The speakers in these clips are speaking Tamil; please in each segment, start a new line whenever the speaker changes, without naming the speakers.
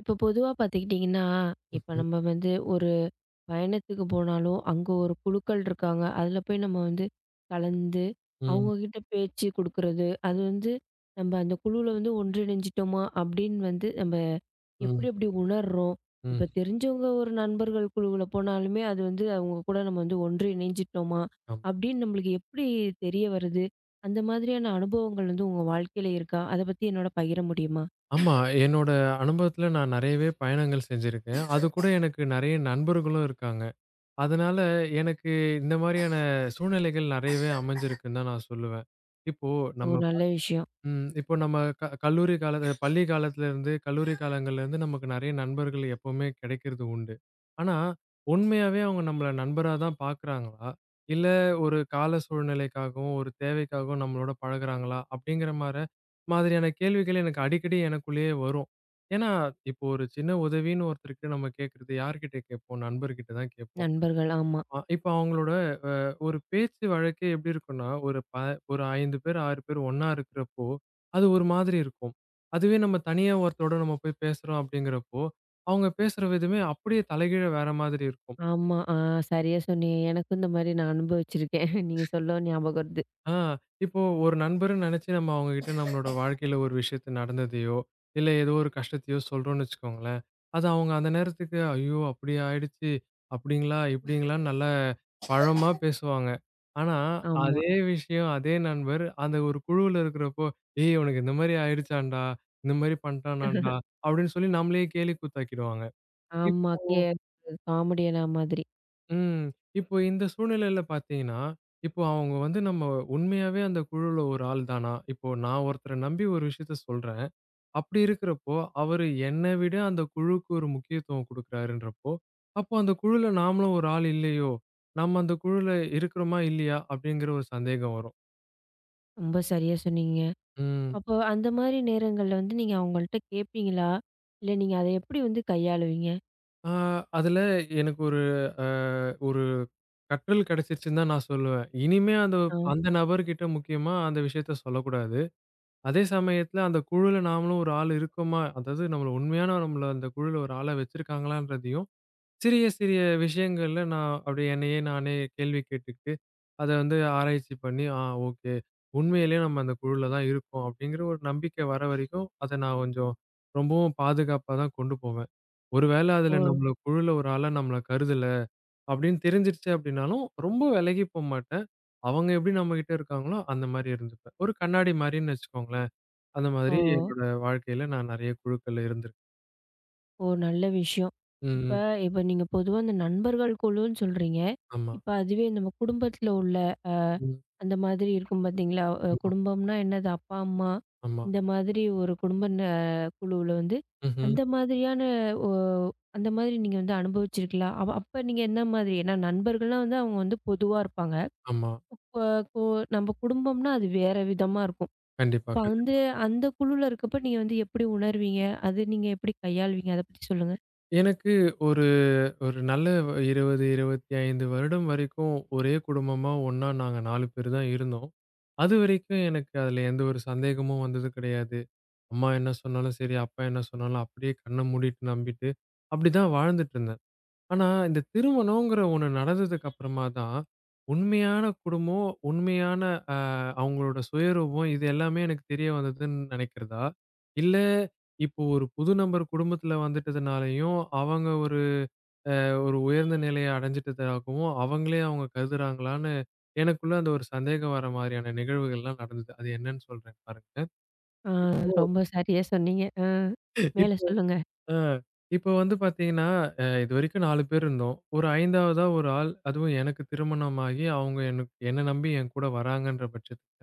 இப்போ பொதுவா பார்த்துக்கிட்டிங்கன்னா, இப்ப
ம்ஹ்ம்.
நம்ம வந்து ஒரு பயணத்துக்கு போனாலும், அங்க ஒரு குழுக்கள் இருக்காங்க. அதில போய் நம்ம வந்து கலந்து,
ம்.
அவங்ககிட்ட பேச்சு குடுக்குறது, அது வந்து நம்ம அந்த குழுவுல வந்து ஒன்றிணைஞ்சிட்டோமா அப்படின்னு வந்து நம்ம எப்படி
ம்.
எப்படி உணர்றோம்?
ம்.
இப்போ தெரிஞ்சவங்க ஒரு நண்பர்கள் குழுவுல போனாலுமே, அது வந்து அவங்க கூட நம்ம வந்து ஒன்று இணைஞ்சிட்டோமா
ஆமா.
அப்படின்னு நம்மளுக்கு எப்படி தெரிய வருது? அந்த மாதிரியான அனுபவங்கள் வந்து உங்க வாழ்க்கையில இருக்கா? அத பத்தி என்னோட பகிர முடியுமா?
ஆமா. என்னோட அனுபவத்துல நான் நெறையவே பயணங்கள் செஞ்சிருக்கேன். அதுக்கூட எனக்கு நெறைய நண்பர்களும் இருக்காங்க. அதனால எனக்கு இந்த மாரியான சூழ்நிலைகள் நெறையவே அமைஞ்சிருக்குன்னு தான் நான் சொல்லுவேன். இப்போ நம்ம
ஒரு நல்ல விஷயம்.
ம். இப்போ நம்ம க கல்லூரி காலத்து பள்ளி காலத்துல இருந்து, கல்லூரி காலங்கள்ல இருந்து நமக்கு நெறைய நண்பர்கள் எப்பவுமே கிடைக்கிறது உண்டு. ஆனா, உண்மையாவே அவங்க நம்மள நண்பரா தான் பார்க்குறாங்களா? இல்ல ஒரு கால சூழ்நிலைக்காகவும், ஒரு தேவைக்காகவும் நம்மளோட பழகுறாங்களா? அப்படிங்கிற மாதிரியான கேள்விகள் எனக்கு அடிக்கடி எனக்குள்ளேயே வரும். ஏன்னா, இப்போ ஒரு சின்ன உதவின்னு ஒருத்தர்கிட்ட நம்ம கேட்கறது யார்கிட்ட கேட்போம்? நண்பர்கிட்ட தான் கேட்போம்.
நண்பர்கள். ஆமா.
ஆமா. இப்போ அவங்களோட ஒரு பேச்சு வழக்கே எப்படி இருக்கும்னா, ஒரு 5 பேர், 6 பேர் ஒண்ணா இருக்கிறப்போ, அது ஒரு மாதிரி இருக்கும். அதுவே நம்ம தனியா ஒருத்தரோட நம்ம போய் பேசுறோம் அப்படிங்கிறப்போ, அவங்க பேசுற விதமே அப்படியே தலைகீழா வேற மாதிரி இருக்கும்.
ஆமா. சரியா சொன்னீங்க. எனக்கும் இந்த மாரி நான் அனுபவிச்சிருக்கேன். நீங்க சொல்லவும் ஞாபகம் வருது.
ஆ, இப்போ ஒரு நண்பர்ன்னு நெனச்சு நம்ம அவங்ககிட்ட நம்மளோட வாழ்க்கையில ஒரு விஷயத்த நடந்ததையோ, இல்ல ஏதோ ஒரு கஷ்டத்தையோ சொல்றோம்ன்னு வச்சுக்கோங்களேன். அது அவங்க அந்த நேரத்துக்கு, "ஐயோ! அப்படி ஆயிடுச்சு. அப்படிங்களா? இப்படிங்களான்னு" நல்லா பழமா பேசுவாங்க. ஆனா,
ஆமா.
அதே விஷயம், அதே நண்பர் அந்த ஒரு குழுவுல இருக்கிறப்போ, "ஏய்! உனக்கு இந்த மாரி ஆயிடுச்சான்டா, இந்த மாரி பண்ட்டானான்டா" அப்படின்னு சொல்லி நம்மளையே கேலி கூத்தாக்கிடுவாங்க.
ஆமா. காமெடியனா மாதிரி.
ம். இப்போ இந்த சூழ்நிலையில பார்த்தீங்கன்னா, இப்போ அவங்க வந்து நம்ம உண்மையாவே அந்த குழுல ஒரு ஆள் தானா? இப்போ நான் ஒருத்தர நம்பி ஒரு விஷயத்த சொல்றேன். அப்படி இருக்கிறப்போ, அவரு என்ன விட அந்த குழுவுக்கு ஒரு முக்கியத்துவம் குடுக்குறாருன்றப்போ, அப்போ அந்த குழுல நாமளும் ஒரு ஆள் இல்லையோ? நம்ம அந்த குழுல இருக்கிறோமா? இல்லையா? அப்படிங்கிற ஒரு சந்தேகம் வரும்.
ரொம்ப சரியா சொன்னீங்க.
ம்.
அப்போ அந்த மாரி நேரங்கள்ல வந்து நீங்க அவங்கள்ட்ட கேட்பீங்களா? இல்ல நீங்க அத எப்படி வந்து கையாளுவீங்க?
ஆ அதுல எனக்கு அ ஒரு கற்றல் கிடைச்சிருச்சுன்னு தான் நான் சொல்லுவேன். இனிமே அந்த
ஆ.
அந்த நபர்கிட்ட முக்கியமா அந்த விஷயத்த சொல்லக்கூடாது. அதே சமயத்துல அந்த குழுல நாமளும் ஒரு ஆள் இருக்கோமா? அதாவது நம்மள உண்மையான நம்மள அந்த குழுல ஒரு ஆளா வச்சிருக்காங்களான்றதையும், சிறிய சிறிய விஷயங்கள்ல நான் அப்படியே என்னையே நானே கேள்வி கேட்டுக்கிட்டு, அத வந்து ஆராய்ச்சி பண்ணி, ஓகே. உண்மையிலேயே நம்ம அந்த குழுல தான் இருக்கோம் அப்படிங்கிற ஒரு நம்பிக்கை வர வரைக்கும், அத நான் கொஞ்சம் ரொம்பவும் பாதுகாப்பா தான் கொண்டு போவேன். ஒருவேள
ஓ!
அதுல நம்மள குழுல ஒரு ஆளா நம்மள கருதல அப்படின்னு தெரிஞ்சிருச்சு அப்படின்னாலும், ரொம்ப விலகி போமாட்டேன். அவங்க எப்படி நம்மகிட்ட இருக்காங்களோ அந்த மாரி இருந்துப்பேன். ஒரு கண்ணாடி மாரின்னு வச்சுக்கோங்களேன். அந்த
ஓ!
மாதிரி என்னோட வாழ்க்கையில நான் நெறைய குழுக்கள்ல இருந்திருக்கேன்.
ஓ! நல்ல விஷயம். இப்ப
ம்.
இப்ப நீங்க பொதுவா இந்த நண்பர்கள் குழுன்னு சொல்றீங்க.
ஆமா.
இப்ப அதுவே நம்ம குடும்பத்துல உள்ள
ம்.
அந்த மாதிரி இருக்கும் பார்த்தீங்களா?
ஆமா,
குடும்பம்னா என்னது? அப்பா, அம்மா
ஆமா.
இந்த மாதிரி ஒரு குடும்ப ந குழுவுல வந்து
ம்ஹ்ம்.
அந்த மாதிரியான ஒ அந்த மாதிரி நீங்க வந்து அனுபவிச்சிருக்கீங்களா? அப்ப நீங்க என்ன மாதிரி? ஏன்னா நண்பர்கள்னா வந்து அவங்க வந்து பொதுவா இருப்பாங்க.
ஆமா.
இப்ப கு நம்ம குடும்பம்னா அது வேற விதமா இருக்கும்.
கண்டிப்பா,
இப்ப வந்து
கண்டிப்பா.
அந்த குழுல இருக்கப்ப நீங்க வந்து எப்படி உணர்வீங்க? அது நீங்க எப்படி கையாளுவீங்க? அத பத்தி சொல்லுங்க.
எனக்கு ஒரு ஒரு நல்ல 20, 25 வருடம் வரைக்கும் ஒரே குடும்பமா ஒண்ணா நாங்க 4 பேர் தான் இருந்தோம். அதுவரைக்கும் எனக்கு அதுல எந்த ஒரு சந்தேகமும் வந்தது கிடையாது. அம்மா என்ன சொன்னாலும் சரி, அப்பா என்ன சொன்னாலும் அப்படியே கண்ண மூடிட்டு நம்பிட்டு அப்படிதான் வாழ்ந்துட்டுருந்தேன். ஆனா, இந்த திருமணம்ங்கிற ஒண்ணு நடந்ததுக்கு அப்புறமா தான், உண்மையான குடும்பம், உண்மையான அ அவங்களோட சுயரூபம் இது எல்லாமே எனக்கு தெரிய வந்ததுன்னு நினைக்கிறதா? இல்ல, இப்போ ஒரு புது நபர் குடும்பத்துல வந்துட்டதுனாலயும், அவங்க ஒரு ஒரு உயர்ந்த நிலையை அடைஞ்சுட்டதாகவும், அவங்களே அவங்க கருதுறாங்களான்னு எனக்குள்ள அந்த ஒரு சந்தேகம் வர மாரியான நிகழ்வுகள்லாம் நடந்தது. அது என்னன்னு சொல்றேன் பாருங்க.
ஆ ரொம்ப சரியா சொன்னீங்க. மேல சொல்லுங்க.
ஆ. இப்ப வந்து பார்த்தீங்கன்னா, இதுவரைக்கும் 4 பேர் இருந்தோம். ஒரு 5வதா ஒரு ஆள், அதுவும் எனக்கு திருமணமாகி அவங்க எனக்கு என்ன நம்பி என் கூட வராங்கன்ற பட்சத்துல,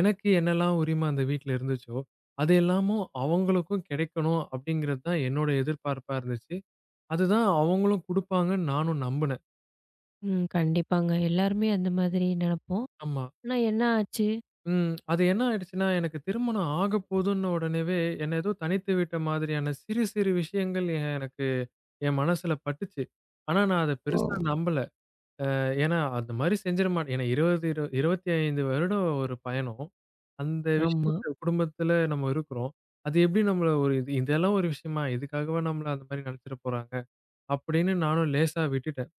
எனக்கு என்னலாம் உரிமை அந்த வீட்ல இருந்துச்சோ, அது எல்லாமும் அவங்களுக்கும் கிடைக்கணும் அப்படிங்கிறது தான் என்னோட எதிர்பார்ப்பா இருந்துச்சு. அதுதான் அவங்களும் குடுப்பாங்கன்னு நானும் நம்புனேன்.
ம். கண்டிப்பாங்க. எல்லாருமே அந்த மாதிரி நெனப்போம்.
ஆமா.
ஆனா என்ன ஆச்சு?
ம். அது என்ன ஆயிடுச்சுன்னா, எனக்கு திருமணம் ஆகப்போதுன்ன உடனேவே, என்ன ஏதோ தனித்து விட்ட மாதிரியான சிறு சிறு விஷயங்கள் எனக்கு என் மனசுல பட்டுச்சு. ஆனா நான் அத பெருசா நம்பல. ஏன்னா, அந்த மாரி செஞ்சிட மாட் ஏன்னா 20 25 வருடம் ஒரு பயணம். அந்த
ஆமா.
விஷயத்த குடும்பத்துல நம்ம இருக்கிறோம். அது எப்படி நம்மள ஒரு இது இதெல்லாம் ஒரு விஷயமா? இதுக்காகவா நம்மள அந்த மாரி நெனச்சிட போறாங்க? அப்படின்னு நானும் லேசா விட்டுட்டேன்.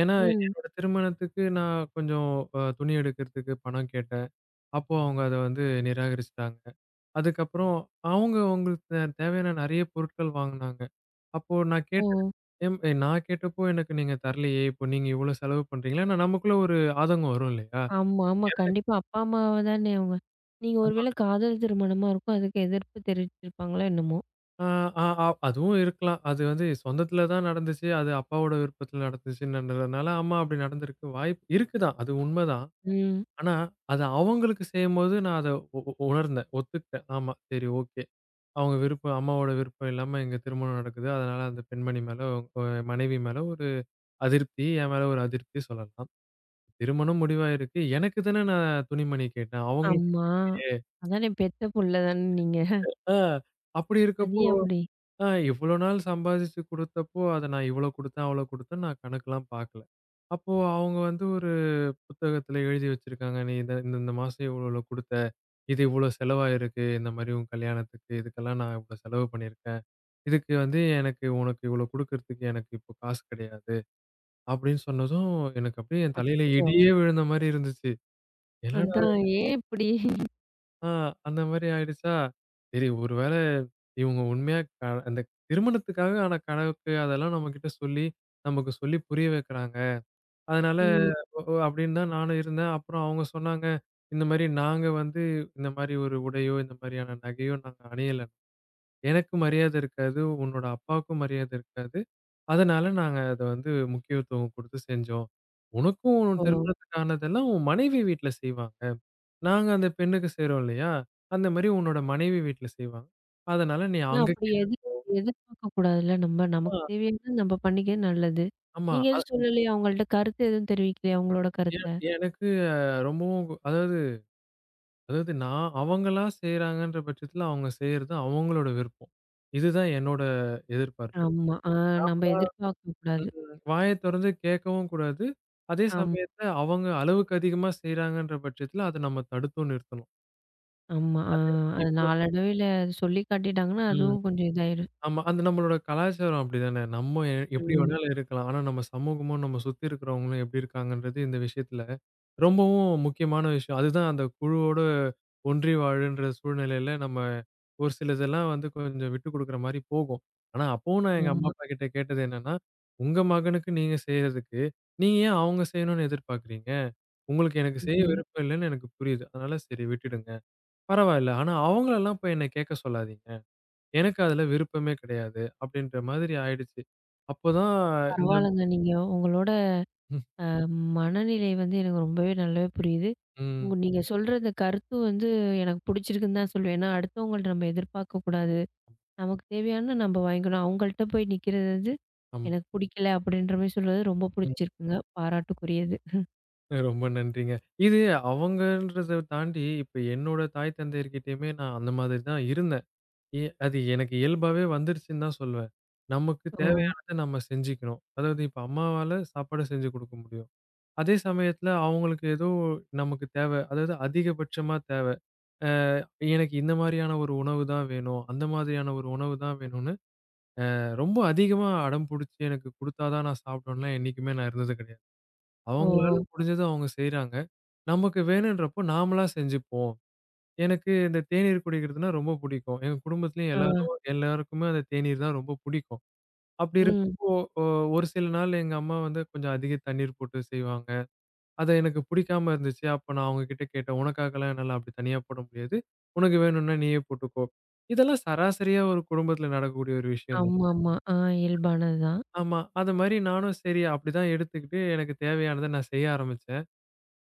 ஏன்னா,
ம்.
என்னோட திருமணத்துக்கு நான் கொஞ்சம் துணி எடுக்கிறதுக்கு பணம் கேட்டேன். அப்போ அவங்க அத வந்து நிராகரிச்சுட்டாங்க. அதுக்கப்புறம் அவங்க அவங்களுக்கு தேவையான நெறைய பொருட்கள் வாங்குனாங்க. அப்போ நான் கேட்டேன்.
ஓ!
எம் நான் கேட்டப்போ எனக்கு நீங்க தரலையே! இப்போ நீங்க இவ்வளோ செலவு பண்றீங்களே! ஆனா நமக்குள்ள ஒரு ஆதங்கம் வரும் இல்லயா!
ஆமா, ஆமா.
எது?
கண்டிப்பா. அப்பா, அம்மாவ தானே அவங்க. நீங்க ஒரு
ஆமா.
வேளை காதல் திருமணமா இருக்கும். அதுக்கு எதிர்ப்பு தெரிவிச்சிருப்பாங்களோ என்னமோ?
ஆ, ஆ, ஆ, அதுவும் இருக்கலாம். அது வந்து சொந்தத்தில தான் நடந்துச்சு. அது அப்பாவோட விருப்பத்தில நடந்துச்சுன்றதுனால, அம்மா அப்படி நடந்திருக்கு வாய்ப்பு இருக்கு தான். அது உண்மதான்.
ம்.
ஆனா, அத அவங்களுக்கு செய்யும்போது நான் அத உணர்ந்தேன். ஒத்துக்கிட்டேன். ஆமா. சரி, ஓகே. அவங்க விருப்பம் அம்மாவோட விருப்பம் இல்லாம எங்க திருமணம் நடக்குது. அதனால அந்த பெண்மணி மேல அ மனைவி மேல ஒரு அதிருப்தி, என் மேல ஒரு அதிருப்தி சொல்லலாம். திருமணம் முடிவாயிருக்கு. எனக்கு தானே நான் துணிமணி கேட்டேன். அவங்களுக்கு.
ஆமா. அதானே பெத்த புள்ள தானே நீங்க.
ஆ அப்படி
அது
இருக்கப்போ,
ஏன் அப்படி?
இவ்வளோ நாள் சம்பாதிச்சு குடுத்தப்போ, அத நான் இவ்வளோ குடுத்தேன், அவ்வளோ குடுத்தேன்னு நான் கணக்கெல்லாம் பார்க்கல. அப்போ அவங்க வந்து ஒரு புத்தகத்துல எழுதி வச்சிருக்காங்க. நீ இத இந்த இந்த மாசம் இவ்வளோ இவ்வளோ குடுத்த. இது இவ்வளோ செலவாயிருக்கு. இந்த மாரி உன் கல்யாணத்துக்கு. இதுக்கெல்லாம் நான் இவ்வளோ செலவு பண்ணியிருக்கேன். இதுக்கு வந்து எனக்கு உனக்கு இவ்வளோ குடுக்குறதுக்கு எனக்கு இப்போ காசு கிடையாது. அப்படின்னு சொன்னதும், எனக்கு அப்படியே என் தலையில
அச்சச்சோ!
இடியே விழுந்த மாரி இருந்துச்சு. என்னடா!
அதான் ஏன் இப்படி?
ஆ அந்த மாரி ஆயிடுச்சா? சரி, ஒருவேள இவங்க உண்மையா அந்த திருமணத்துக்காக ஆன கணக்கு அதெல்லாம் நம்மகிட்ட சொல்லி, நமக்கு சொல்லி புரிய வைக்கிறாங்க. அதனால
ம்.
ஓ, ஓ, அப்படின்னு தான் நானும் இருந்தேன். அப்புறம் அவங்க சொன்னாங்க, "இந்த மாரி நாங்க வந்து இந்த மாரி ஒரு உடையோ, இந்த மாரியான நகையோ நாங்க அணியல. எனக்கு மரியாதை இருக்காது. உன்னோட அப்பாவுக்கும் மரியாதை இருக்காது. அதனால நாங்க அத வந்து முக்கியத்துவம் குடுத்து செஞ்சோம். உனக்கும் உன்
ஓ!
திருமணத்துக்கு ஆனதெல்லாம் உன் மனைவி வீட்ல செய்வாங்க. நாங்க அந்த பெண்ணுக்கு செய்றோம் இல்லையா? அந்த மாரி உன்னோட மனைவி வீட்ல செய்வாங்க. அதனால நீ
ஆனா
அங்க
அப்படி
கேட்டா."
எதிர்பார்க்க கூடாதுல்ல நம்ம. நமக்கு தேவையானது நம்ம பண்ணிக்கிறது நல்லது.
ஆமா.
நீங்க
அது
எதுவும் சொல்லலையா? அவங்கள்ட்ட கருத்து எதுவும் தெரிவிக்கலையா? உங்களோட
எ
கருத்த?
எனக்கு ரொம்பவும் அதாவது அதாவது நான் அவங்களா செய்றாங்கன்ற பட்சத்துல அவங்க செய்றது அவங்களோட விருப்பம். இதுதான் என்னோட எதிர்பார்ப்பு.
ஆமா. நம்ம
நாமளா.
எதிர்பார்க்க கூடாது.
வாய தொறந்து கேட்கவும் கூடாது. அதே
ஆமா.
சமயத்துல அவங்க அளவுக்கு அதிகமா செய்றாங்கன்ற பட்சத்துல அத நம்ம தடுத்தும் நிறுத்தணும்.
ஆமா.
அது,
அது
இப்போ.
நாளடைவில அது சொல்லி காட்டிட்டாங்கன்னா,
ம்.
அதுவும் கொஞ்சம் இதாயிரும்.
ஆமா. அது நம்மளோட கலாச்சாரம் அப்படிதானே. நம்ம எப்படி
ம்.
வேணாலும் இருக்கலாம். ஆனா நம்ம சமூகமும், நம்ம சுத்தி இருக்கிறவங்களும் எப்படி இருக்காங்கன்றது இந்த விஷயத்துல ரொம்பவும் முக்கியமான விஷயம். அதுதான் அந்த குழுவோட ஒன்றி வாழுன்ற சூழ்நிலையில நம்ம ஒரு சிலதெல்லாம் வந்து கொஞ்சம் விட்டு குடுக்குற மாரி போகும். ஆனா அப்பவும் நான் எங்க அம்மா,
ஆமா.
அப்பா கிட்ட கேட்டது என்னன்னா, "உங்க மகனுக்கு நீங்க செய்றதுக்கு, நீங்க ஏன் அவங்க செய்யணும்னு எதிர்பார்க்கிறீங்க? உங்களுக்கு எனக்கு செய்ய
ம்.
விருப்பம் இல்லன்னு எனக்கு புரியுது. அதனால சரி, விட்டுடுங்க. பரவாயில்ல. ஆனா அவங்களலாம் போய் என்ன கேட்க சொல்லாதீங்க." எனக்கு அதுல விருப்பமே கிடையாது. அப்படின்ற மாதிரி ஆயிடுச்சு. அப்போதான். இந்த
பரவாயில்லங்க. நீங்க உங்களோட
ம்,
அ மனநிலை வந்து எனக்கு ரொம்பவே நல்லாவே புரியுது.
ம்.
நீங்க சொல்ற இந்த கருத்து வந்து எனக்கு பிடிச்சிருக்குன்னு தான் சொல்லுவேன். ஏன்னா, அடுத்தவங்கள்ட்ட நம்ம எதிர்பார்க்கக்கூடாது. நமக்கு தேவையானத நம்ம வாங்கிக்கணும். அவங்கள்ட்ட போய் நிக்கிறது வந்து
ஆமா.
எனக்கு பிடிக்கல அப்படின்ற மாரி சொல்றது ரொம்ப
ம்.
பிடிச்சிருக்குங்க. பாராட்டுக்குரியது.
ரொம்ப நன்றிங்க. இது அவங்கன்றத தாண்டி இப்ப என்னோட தாய் தந்தையர்கிட்டயுமே நான் அந்த மாதிரி தான் இருந்தேன். அது எனக்கு இயல்பாவே வந்துருச்சுன்னு தான் சொல்லுவேன். நமக்கு
ஓ!
தேவையானத நம்ம செஞ்சுக்கணும். அதாவது இப்ப அம்மாவால சாப்பாடு செஞ்சு குடுக்க முடியும். அதே சமயத்துல அவங்களுக்கு ஏதோ நமக்கு தேவை. அதாவது அதிகபட்சமா தேவை. அ எனக்கு இந்த மாரியான ஒரு உணவு தான் வேணும். அந்த மாதிரியான ஒரு உணவு தான் வேணும்னு ரொம்ப அதிகமா அடம் புடிச்சு எனக்கு குடுத்தா தான் நான் சாப்பிடுவேன்லாம் என்னைக்குமே நான் இருந்தது கிடையாது.
ஓ!
அவங்களால முடிஞ்சத அவங்க செய்றாங்க. நமக்கு வேணுன்றப்போ நாமளா செஞ்சுப்போம். எனக்கு இந்த தேநீர் குடிக்கிறதுன்னா ரொம்ப புடிக்கும். எங்க குடும்பத்திலயும்
ஆ.
எல்லாரும் எல்லாருக்குமே அந்த தேநீர் தான் ரொம்ப புடிக்கும். அப்படி இருக்கப்போ
ம்.
ஒ ஒரு சில நாள் எங்க அம்மா வந்து கொஞ்சம் அதிக தண்ணீர் போட்டு செய்வாங்க. அது எனக்கு புடிக்காம இருந்துச்சு. அப்ப நான் அவங்க கிட்ட கேட்டேன். "உனக்காகலாம் என்னால அப்படி தனியா போட முடியாது. உனக்கு வேணும்னா நீயே போட்டுக்கோ." இதெல்லாம் சராசரியா ஒரு குடும்பத்தில நடக்கக்கூடிய ஒரு விஷயம் தான்.
ஆமாமா. இயல்பானது தான்.
ஆமா. அது மாரி நானும் சரி அப்படிதான் எடுத்துக்கிட்டு எனக்கு தேவையானத நான் செய்ய ஆரம்பிச்சேன்.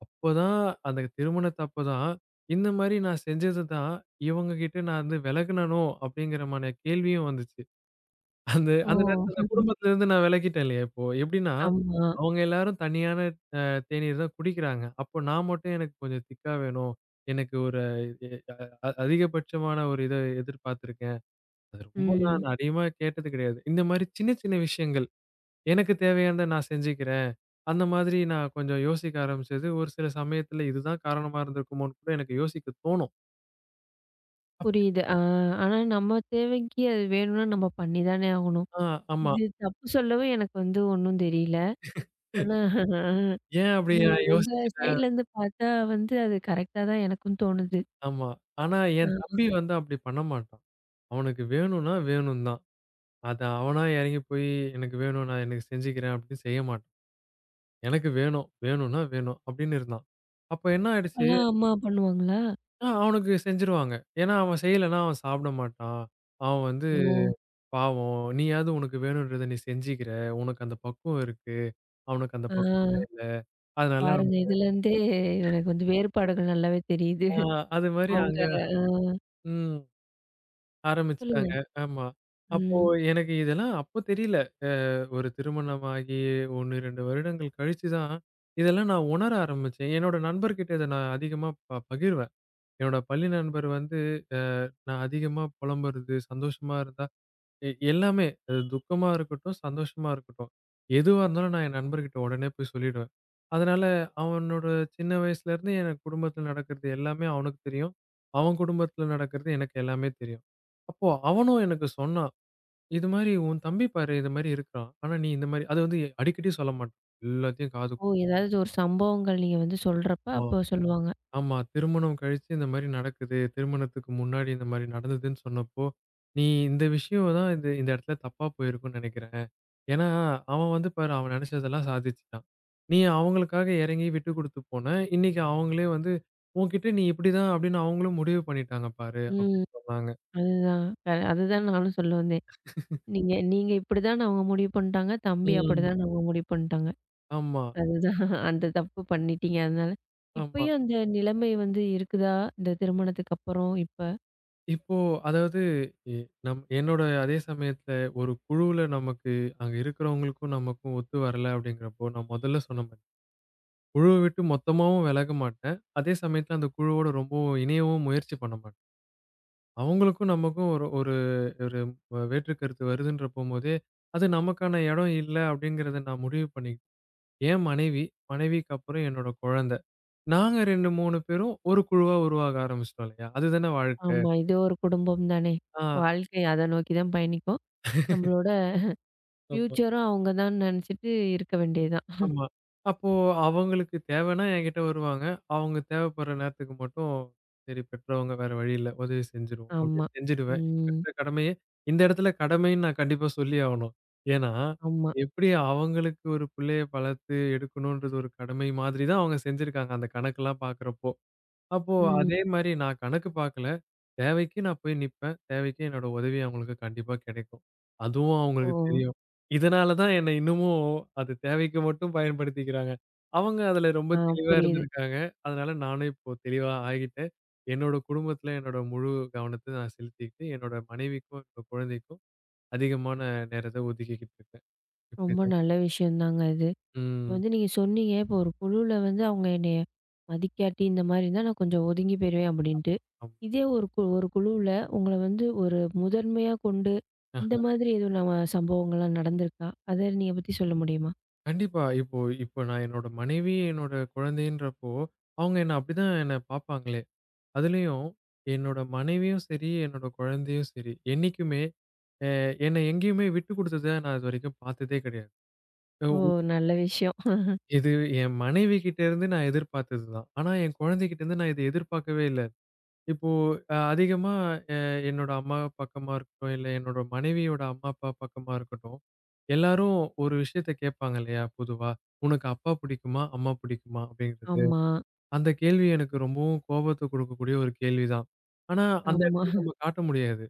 அப்போதான் அந்த திருமணத்தப்பதான் இந்த மாரி நான் செஞ்சது தான் இவங்க கிட்ட நான் வந்து விலகுனனோ அப்படிங்கிற மாரியான கேள்வியும் வந்துச்சு. அந்த
ஓ!
அந்த நேரத்துல அந்த குடும்பத்துல இருந்து நான் விலகிட்டேன் இல்லையா இப்போ. எப்படின்னா
ஆமா.
அவங்க எல்லாரும் தனியான அ தேநீர் தான் குடிக்கிறாங்க. அப்போ நான் மட்டும் எனக்கு கொஞ்சம் திக்கா வேணும். எனக்கு ஒரு எ அ அதிகபட்சமான ஒரு இத எதிர்பார்த்திருக்கேன். அது ரொம்ப
ம்.
நான் அதிகமா கேட்டது கிடையாது. இந்த மாரி சின்ன சின்ன விஷயங்கள். எனக்கு தேவையானத நான் செஞ்சுக்கிறேன். அந்த மாதிரி நான் கொஞ்சம் யோசிக்க ஆரம்பிச்சது, ஒரு சில சமயத்துல இதுதான் காரணமா இருந்திருக்குமோன்னு கூட எனக்கு யோசிக்க தோணும்.
புரியுது. ஆனா நம்ம தேவைக்கு அது வேணும்னா நம்ம பண்ணி தானே ஆகணும்.
ஆ ஆமா.
இது தப்பு சொல்லவும் எனக்கு வந்து ஒண்ணும் தெரியல. ஆனா
ஏன் அப்படி
நீங்க
நான்
உங்க
யோசிச்சுட்டேன்?
சைட்லருந்து பார்த்தா வந்து அது கரெக்ட்டா தான் எனக்கும் தோணுது.
ஆமா. ஆனா
அ
என் தம்பி வந்து அப்படி பண்ண மாட்டான். அவனுக்கு வேணும்னா வேணும் தான். அத அவனா இறங்கி போய் எனக்கு வேணும் நான் எனக்கு செஞ்சுக்கிறேன் அப்படின்னு செய்ய மாட்டான். எனக்கு வேணும், வேணும்னா வேணும் அப்படின்னு இருந்தான். அப்ப என்ன ஆயிடுச்சு,
அப்பலாம் அம்மா பண்ணுவாங்களா?
அவனுக்கு செஞ்சுருவாங்க. ஏன்னா அவன் செய்யலன்னா அவன் சாப்பிட மாட்டான். அவன் வந்து
ஓ!
பாவம். நீயாவது உனக்கு வேணுன்றத நீ செஞ்சுக்கிற. உனக்கு அந்த பக்குவம் இருக்கு. அவனுக்கு அந்த
ஆ
பக்குவம் இல்ல. அதனால அவன்
பாருங்க இதுலருந்தே எனக்கு வந்து வேறுபாடுகள் நல்லாவே தெரியுது.
ஆ அது மாரி
அவங்க
அங்க
ஆ
ம்
சொல்லுங்க.
ஆரம்பிச்சுட்டாங்க. ஆமா. அப்போ
ம்.
எனக்கு இதெல்லாம் அப்போ தெரியல. அ ஒரு திருமணமாகி 1, 2 வருடங்கள் கழிச்சு தான் இதெல்லாம் நான் உணர ஆரம்பிச்சேன். என்னோட நண்பர்கிட்ட இத நான் அதிகமா பகிர்வேன். என்னோட பள்ளி நண்பர் வந்து அ நான் அதிகமா புலம்புறது, சந்தோஷமா இருந்தா எல்லாமே. அது துக்கமா இருக்கட்டும், சந்தோஷமா இருக்கட்டும். எதுவா இருந்தாலும் நான் என் நண்பர்கிட்ட உடனே போய் சொல்லிடுவேன். அதனால அவனோட சின்ன வயசுலேருந்து என் குடும்பத்தில நடக்கிறது எல்லாமே அவனுக்கு தெரியும். அவன் குடும்பத்தில நடக்கிறது எனக்கு எல்லாமே தெரியும். அப்போ அவனும் எனக்கு சொன்னான். "இது மாரி உன் தம்பி பாரு, இது மாரி இருக்கிறான். ஆனா நீ இந்த மாரி." அது வந்து அடிக்கடி சொல்ல மாட்டான். எல்லாத்தையும் காது
ஓ ஏதாவது ஒரு சம்பவங்கள் நீங்க வந்து சொல்றப்ப
குடுத்து.
அப்ப சொல்லுவாங்க.
ஆமா. திருமணம் கழிச்சு இந்த மாரி நடக்குது. திருமணத்துக்கு முன்னாடி இந்த மாரி நடந்ததுன்னு சொன்னப்போ, நீ இந்த விஷயம் தான் இந்த இந்த இடத்துல தப்பா போயிருக்கும்னு நெனைக்கிறேன். ஏன்னா, அவன் வந்து பாரு, அவன் நெனைச்சதெல்லாம் சாதிச்சுட்டான். நீ அவங்களுக்காக இறங்கி விட்டு குடுத்து போன. இன்னைக்கு அவங்களே வந்து உன்கிட்ட நீ இப்படிதான் அப்படின்னு அவங்களும் முடிவு பண்ணிட்டாங்க பாரு
ம்.
அப்படின்னு சொன்னாங்க.
அதுதான். அதுதான் நானும் சொல்ல வந்தேன். நீங்க நீங்க இப்படிதான்னு அவங்க முடிவு பண்ணிட்டாங்க. தம்பி
ம்.
அப்படிதான்னு அவங்க முடிவு பண்ணிட்டாங்க.
ஆமா,
அதுதான் அந்த தப்பு பண்ணிட்டீங்க. அதனால
ஆமா.
இப்பயும் அந்த நிலைமை வந்து இருக்குதா? இந்த திருமணத்துக்கு அப்புறம் இப்ப?
இப்போ, அதாவது, எ நம் என்னோட அதே சமயத்துல ஒரு குழுவுல நமக்கு அங்க இருக்கிறவங்களுக்கும் நமக்கும் ஒத்து வரல அப்படிங்கிறப்போ, நான் முதல்ல சொன்ன குழுவ விட்டு மொத்தமாவும் விலக மாட்டேன். அதே சமயத்துல அந்த குழுவோட ரொம்பவும் இணையவும் முயற்சி பண்ண மாட்டேன். அவங்களுக்கும் நமக்கும் ஒரு ஒரு ஒரு வேற்று கருத்து வருதுன்ற போம்போதே, அது நமக்கான இடம் இல்ல அப்படிங்கிறத நான் முடிவு பண்ணி என் மனைவி, மனைவிக்கு அப்புறம் என்னோட குழந்தை. நாங்க 2, 3 பேரும் ஒரு குழுவா உருவாக ஆரம்பிச்சுட்டோம் இல்லையா? அதுதானே வாழ்க்கை.
ஆமா. இது ஒரு குடும்பம் தானே.
ஆ.
வாழ்க்கை அத நோக்கி தான் பயணிக்கும். நம்மளோட
ஆமா.
ஃப்யூச்சரும் அவங்க தான் நினைச்சுட்டு இருக்க வேண்டியதுதான்.
ஆமா. அப்போ அவங்களுக்கு தேவைன்னா என்கிட்ட வருவாங்க. அவங்க தேவைப்படுற நேரத்துக்கு மட்டும், சரி, பெற்றவங்க வேற வழி இல்ல. உதவி செஞ்சுருவோம். அப்படின்னு
ஆமா.
செஞ்சுடுவேன்.
ம்.
பெற்ற கடமைய, இந்த இடத்துல கடமைன்னு நான் கண்டிப்பா சொல்லி ஆவணும். ஏன்னா,
ஆமா.
எப்படி அவங்களுக்கு ஒரு பிள்ளைய வளர்த்து எடுக்கணும்ன்றது ஒரு கடமை மாதிரி தான் அவங்க செஞ்சிருக்காங்க. அந்த கணக்கெல்லாம் பார்க்கிறப்போ. அப்போ
ம்.
அதே மாரி நான் கணக்கு பார்க்கல. தேவைக்கு நான் போய் நிப்பேன். தேவைக்கு என்னோட உதவி அவங்களுக்கு கண்டிப்பா கிடைக்கும். அதுவும்
ஓ!
அவங்களுக்கு தெரியும். இதனால தான் என்ன இன்னமும் அது தேவைக்கு மட்டும் பயன்படுத்திக்கிறாங்க. அவங்க அதுல ரொம்ப
ஆ
தெளிவா
புரியுது.
இருந்திருக்காங்க. அதனால நானும் இப்போ தெளிவா ஆகிட்டேன். என்னோட குடும்பத்துல என்னோட முழு கவனத்த நான் செலுத்திக்கிட்டு, என்னோட மனைவிக்கும், என்னோட குழந்தைக்கும் அதிகமான நேரத்த ஒதுக்கிக்கிட்டு இருக்கேன்.
ரொம்ப
இப்படிதான்.
நல்ல விஷயம் தாங்க இது. இப்ப
ம்.
வந்து நீங்க சொன்னீங்க, இப்போ ஒரு குழுல வந்து அவங்க என்னைய மதிக்காட்டி, இந்த மாரி இருந்தா நான் கொஞ்சம் ஒதுங்கி போயிருவேன் அப்படின்ட்டு.
ஆமா.
இதே ஒரு குழுவுல உங்கள வந்து ஒரு முதன்மையா கொண்டு, இந்த மாதிரி எதுவும் நம்ம சம்பவங்கள்லாம் நடந்திருக்கா? அத நீங்க பத்தி சொல்ல முடியுமா?
கண்டிப்பா. இப்போ இப்போ நான் என்னோட மனைவி, என்னோட குழந்தைன்றப்போ, அவங்க என்ன அப்படிதான் என்ன பார்ப்பாங்களே. அதுலயும் என்னோட மனைவியும் சரி, என்னோட குழந்தையும் சரி, என்னைக்குமே அ என்ன எங்கேயுமே விட்டு குடுத்தத நான் இதுவரைக்கும் பார்த்ததே கிடையாது.
ஓ!
அஹ்,
நல்ல விஷயம்.
இது என் மனைவி கிட்ட இருந்து நான் எதிர்பார்த்தது தான். ஆனா என் குழந்தைகிட்ட இருந்து நான் இத எதிர்பார்க்கவே இல்ல. இப்போ அதிகமா அ என்னோட அம்மா பக்கமா இருக்கட்டும், இல்ல என்னோட மனைவியோட அம்மா, அப்பா பக்கமா இருக்கட்டும், எல்லாரும் ஒரு விஷயத்த கேட்பாங்க இல்லையா பொதுவா? "உனக்கு அப்பா பிடிக்குமா? அம்மா பிடிக்குமா?" அப்படிங்கிறது.
ஆமா,
அந்த கேள்வி எனக்கு ரொம்பவும் கோபத்த குடுக்கக்கூடிய ஒரு கேள்விதான். ஆனா, அந்த
ஆமா.
இடத்துல நம்ம காட்ட முடியாது.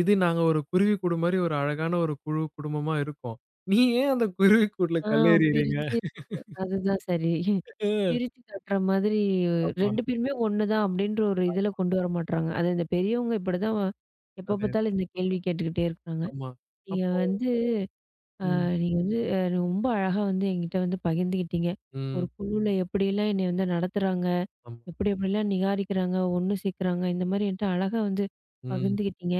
இது நாங்க ஒரு குருவி கூடு மாரி ஒரு அழகான ஒரு குழு குடும்பமா இருக்கோம். "நீ ஏன் அந்த குருவி கூட்ல
ஆ
கல் எறியுறீங்க?"
பிரிச்சு அதுதான் சரி. பிரிச்சு காட்டுற மாதிரி
ஆமா.
2 பேருமே ஒண்ணு தான் அப்படின்ற ஒரு இதுல
அ
கொண்டு வர மாட்றாங்க. அது இந்த பெரியவங்க இப்படிதான் எப்ப
அதேதான்.
பார்த்தாலும் இந்த கேள்வி கேட்டுக்கிட்டே இருக்காங்க.
ஆமா.
நீங்க
அப்போ.
வந்து ஆ
ம்.
நீங்க வந்து ரொம்ப அழகா வந்து என்கிட்ட வந்து பகிர்ந்துக்கிட்டீங்க. ஒரு
ம்.
குழுல எப்படிலாம் என்னைய வந்து நடத்துறாங்க,
ஆமா.
எப்படி எப்படிலாம் நிகாரிக்கிறாங்க, ஒண்ணு சேர்க்குறாங்க, இந்த மாரி என்ட்ட அழகா வந்து
ம்.
பகிர்ந்துக்கிட்டீங்க.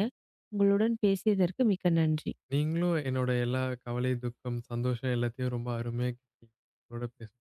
உங்களுடன் பேசியதற்கு மிக்க நன்றி.
நீங்களும் என்னோட எல்லா கவலை, துக்கம், சந்தோஷம் எல்லாத்தையும் ரொம்ப அருமையா கேட்டீங்க. உங்களோட பேச